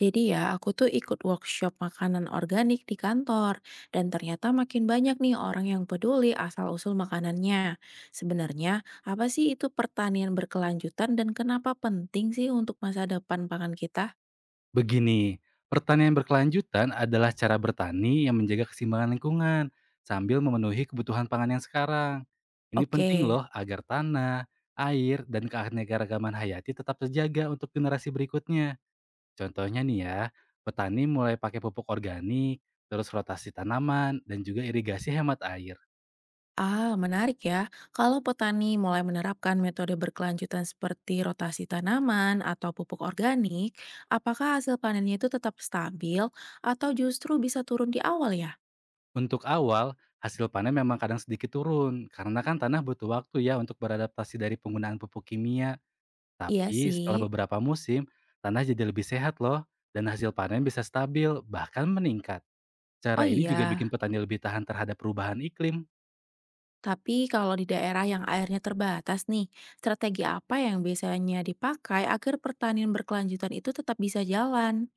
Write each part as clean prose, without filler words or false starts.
Jadi ya, aku tuh ikut workshop makanan organik di kantor, dan ternyata makin banyak nih orang yang peduli asal-usul makanannya. Sebenarnya, apa sih itu pertanian berkelanjutan dan kenapa penting sih untuk masa depan pangan kita? Begini, pertanian berkelanjutan adalah cara bertani yang menjaga keseimbangan lingkungan sambil memenuhi kebutuhan pangan yang sekarang. Ini penting Oke. loh agar tanah, air, dan keanekaragaman hayati tetap terjaga untuk generasi berikutnya. Contohnya nih ya, petani mulai pakai pupuk organik, terus rotasi tanaman, dan juga irigasi hemat air. Ah, menarik ya. Kalau petani mulai menerapkan metode berkelanjutan seperti rotasi tanaman atau pupuk organik, apakah hasil panennya itu tetap stabil atau justru bisa turun di awal ya? Untuk awal, hasil panen memang kadang sedikit turun, karena kan tanah butuh waktu ya untuk beradaptasi dari penggunaan pupuk kimia. Iya Tapi setelah sih. beberapa musim, tanah jadi lebih sehat loh, dan hasil panen bisa stabil, bahkan meningkat. Oh Cara ini juga bikin iya. petani lebih tahan terhadap perubahan iklim. Tapi kalau di daerah yang airnya terbatas nih, strategi apa yang biasanya dipakai agar pertanian berkelanjutan itu tetap bisa jalan?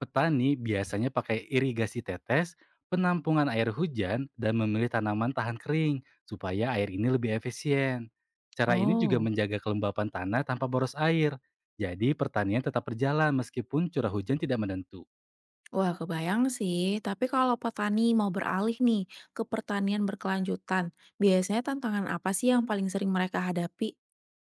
Petani biasanya pakai irigasi tetes, penampungan air hujan, dan memilih tanaman tahan kering, supaya air ini lebih efisien. Cara ini juga Oh. menjaga kelembapan tanah tanpa boros air. Jadi pertanian tetap berjalan meskipun curah hujan tidak menentu. Wah, kebayang sih. Tapi kalau petani mau beralih nih ke pertanian berkelanjutan, biasanya tantangan apa sih yang paling sering mereka hadapi?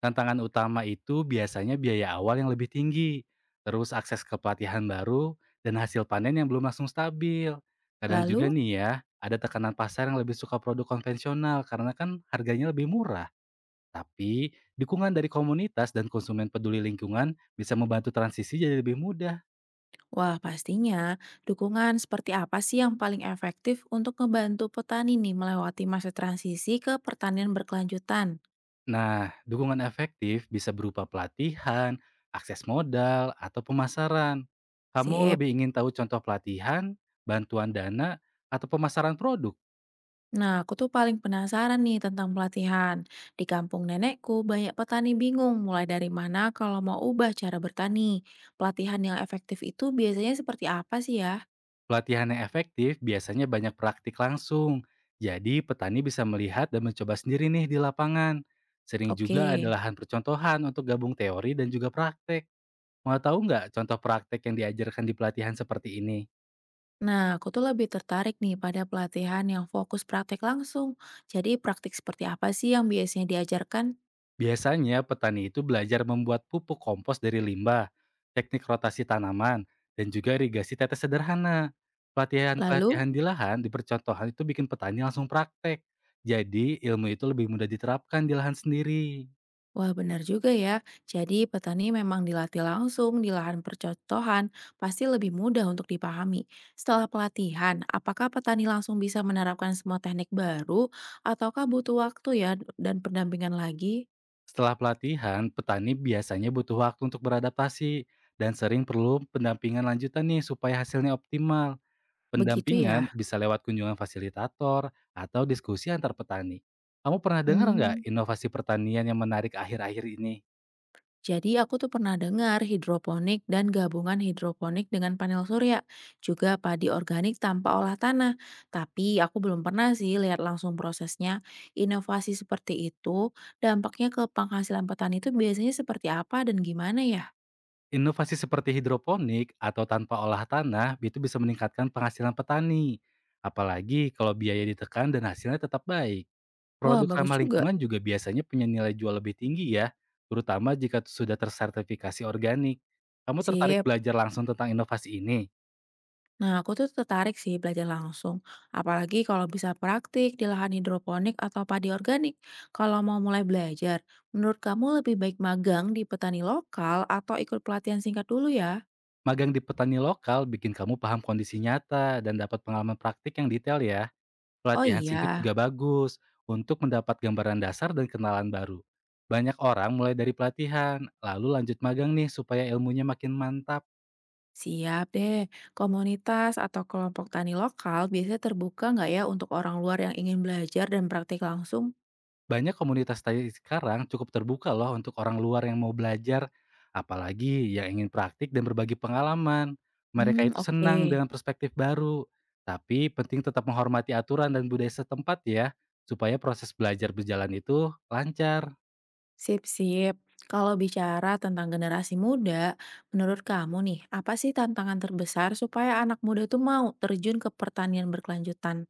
Tantangan utama itu biasanya biaya awal yang lebih tinggi, terus akses ke pelatihan baru, dan hasil panen yang belum langsung stabil. Kadang juga Lalu, nih ya, ada tekanan pasar yang lebih suka produk konvensional karena kan harganya lebih murah. Tapi, dukungan dari komunitas dan konsumen peduli lingkungan bisa membantu transisi jadi lebih mudah. wah, pastinya dukungan seperti apa sih yang paling efektif untuk membantu petani nih melewati masa transisi ke pertanian berkelanjutan? Nah, dukungan efektif bisa berupa pelatihan, akses modal, atau pemasaran. Kamu Sip. lebih ingin tahu contoh pelatihan, bantuan dana, atau pemasaran produk? Nah, aku tuh paling penasaran nih tentang pelatihan. Di kampung nenekku, banyak petani bingung mulai dari mana kalau mau ubah cara bertani. Pelatihan yang efektif itu biasanya seperti apa sih ya? Pelatihan yang efektif biasanya banyak praktik langsung, jadi petani bisa melihat dan mencoba sendiri nih di lapangan. Sering Oke. juga ada lahan percontohan untuk gabung teori dan juga praktek. Mau tahu nggak contoh praktek yang diajarkan di pelatihan seperti ini? Nah, aku tuh lebih tertarik nih pada pelatihan yang fokus praktek langsung. Jadi, praktik seperti apa sih yang biasanya diajarkan? Biasanya petani itu belajar membuat pupuk kompos dari limbah, teknik rotasi tanaman, dan juga irigasi tetes sederhana. Lalu? Pelatihan-pelatihan di lahan di percontohan itu bikin petani langsung praktek. Jadi ilmu itu lebih mudah diterapkan di lahan sendiri. Wah, benar juga ya, jadi petani memang dilatih langsung di lahan percontohan pasti lebih mudah untuk dipahami. Setelah pelatihan, apakah petani langsung bisa menerapkan semua teknik baru ataukah butuh waktu ya dan pendampingan lagi? Setelah pelatihan, petani biasanya butuh waktu untuk beradaptasi dan sering perlu pendampingan lanjutan nih supaya hasilnya optimal. Begitu ya? Pendampingan bisa lewat kunjungan fasilitator atau diskusi antar petani. Kamu pernah dengar Hmm. nggak inovasi pertanian yang menarik akhir-akhir ini? Jadi aku tuh pernah dengar hidroponik dan gabungan hidroponik dengan panel surya, juga padi organik tanpa olah tanah. Tapi aku belum pernah sih lihat langsung prosesnya. Inovasi seperti itu dampaknya ke penghasilan petani itu biasanya seperti apa dan gimana ya? Inovasi seperti hidroponik atau tanpa olah tanah itu bisa meningkatkan penghasilan petani. Apalagi kalau biaya ditekan dan hasilnya tetap baik. Wah, Produk bagus ramah juga. lingkungan juga biasanya punya nilai jual lebih tinggi ya, terutama jika sudah tersertifikasi organik. Kamu tertarik Sip. belajar langsung tentang inovasi ini? Nah, aku tuh tertarik sih belajar langsung, apalagi kalau bisa praktik di lahan hidroponik atau padi organik. Kalau mau mulai belajar, menurut kamu lebih baik magang di petani lokal atau ikut pelatihan singkat dulu ya? Magang di petani lokal bikin kamu paham kondisi nyata dan dapat pengalaman praktik yang detail ya. Oh Pelatihan singkat juga iya, bagus untuk mendapat gambaran dasar dan kenalan baru. Banyak orang mulai dari pelatihan, lalu lanjut magang nih supaya ilmunya makin mantap. siap deh. Komunitas atau kelompok tani lokal biasanya terbuka nggak ya untuk orang luar yang ingin belajar dan praktik langsung? Banyak komunitas tari sekarang cukup terbuka loh untuk orang luar yang mau belajar, apalagi yang ingin praktik dan berbagi pengalaman. Mereka Hmm, itu oke. senang dengan perspektif baru, tapi penting tetap menghormati aturan dan budaya setempat ya, supaya proses belajar berjalan itu lancar. Sip, sip. Kalau bicara tentang generasi muda, menurut kamu nih, apa sih tantangan terbesar supaya anak muda tuh mau terjun ke pertanian berkelanjutan?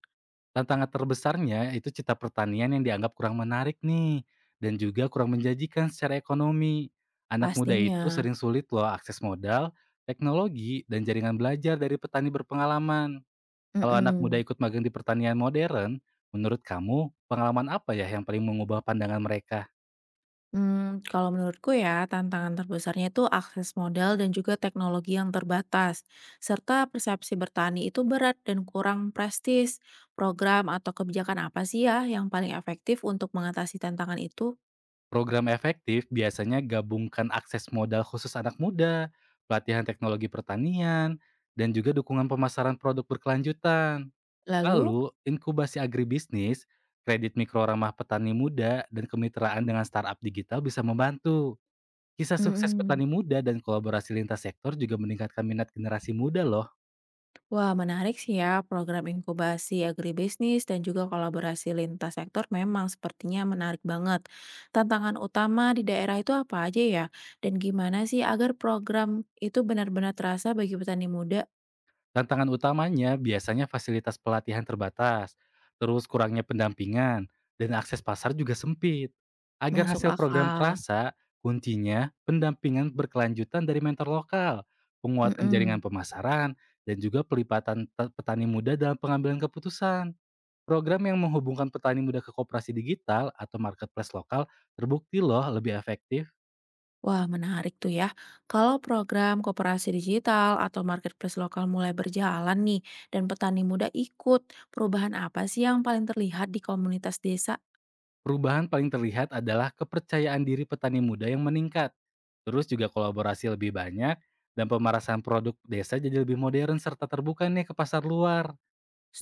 Tantangan terbesarnya itu cita pertanian yang dianggap kurang menarik nih, dan juga kurang menjanjikan secara ekonomi. Anak muda itu Pastinya. sering sulit loh akses modal, teknologi, dan jaringan belajar dari petani berpengalaman. Kalau anak muda Mm-mm. ikut magang di pertanian modern, menurut kamu pengalaman apa ya yang paling mengubah pandangan mereka? Hmm, kalau menurutku ya, tantangan terbesarnya itu akses modal dan juga teknologi yang terbatas, serta persepsi bertani itu berat dan kurang prestis. Program atau kebijakan apa sih ya yang paling efektif untuk mengatasi tantangan itu? Program efektif biasanya gabungkan akses modal khusus anak muda, pelatihan teknologi pertanian, dan juga dukungan pemasaran produk berkelanjutan. Lalu? Lalu, inkubasi agribisnis, kredit mikro ramah petani muda, dan kemitraan dengan startup digital bisa membantu. Kisah sukses Mm-mm. petani muda dan kolaborasi lintas sektor juga meningkatkan minat generasi muda loh. Wah, menarik sih ya. Program inkubasi agribisnis dan juga kolaborasi lintas sektor memang sepertinya menarik banget. Tantangan utama di daerah itu apa aja ya? Dan gimana sih agar program itu benar-benar terasa bagi petani muda Tantangan utamanya biasanya fasilitas pelatihan terbatas, terus kurangnya pendampingan, dan akses pasar juga sempit. Agar masuk hasil program akal? terasa, kuncinya pendampingan berkelanjutan dari mentor lokal, penguatan jaringan Mm-mm. pemasaran, dan juga pelipatan petani muda dalam pengambilan keputusan. Program yang menghubungkan petani muda ke koperasi digital atau marketplace lokal terbukti loh lebih efektif. Wah, menarik tuh ya. Kalau program kooperasi digital atau marketplace lokal mulai berjalan nih, dan petani muda ikut, perubahan apa sih yang paling terlihat di komunitas desa? Perubahan paling terlihat adalah kepercayaan diri petani muda yang meningkat. Terus juga kolaborasi lebih banyak dan pemerasan produk desa jadi lebih modern serta terbuka nih ke pasar luar.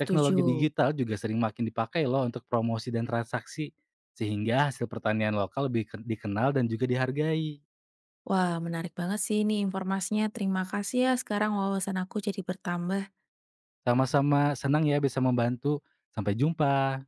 Teknologi digital juga sering makin dipakai loh untuk promosi dan transaksi sehingga hasil pertanian lokal lebih dikenal dan juga dihargai. Wah, menarik banget sih ini informasinya. Terima kasih ya, sekarang wawasan aku jadi bertambah. Sama-sama senang ya bisa membantu. Sampai jumpa.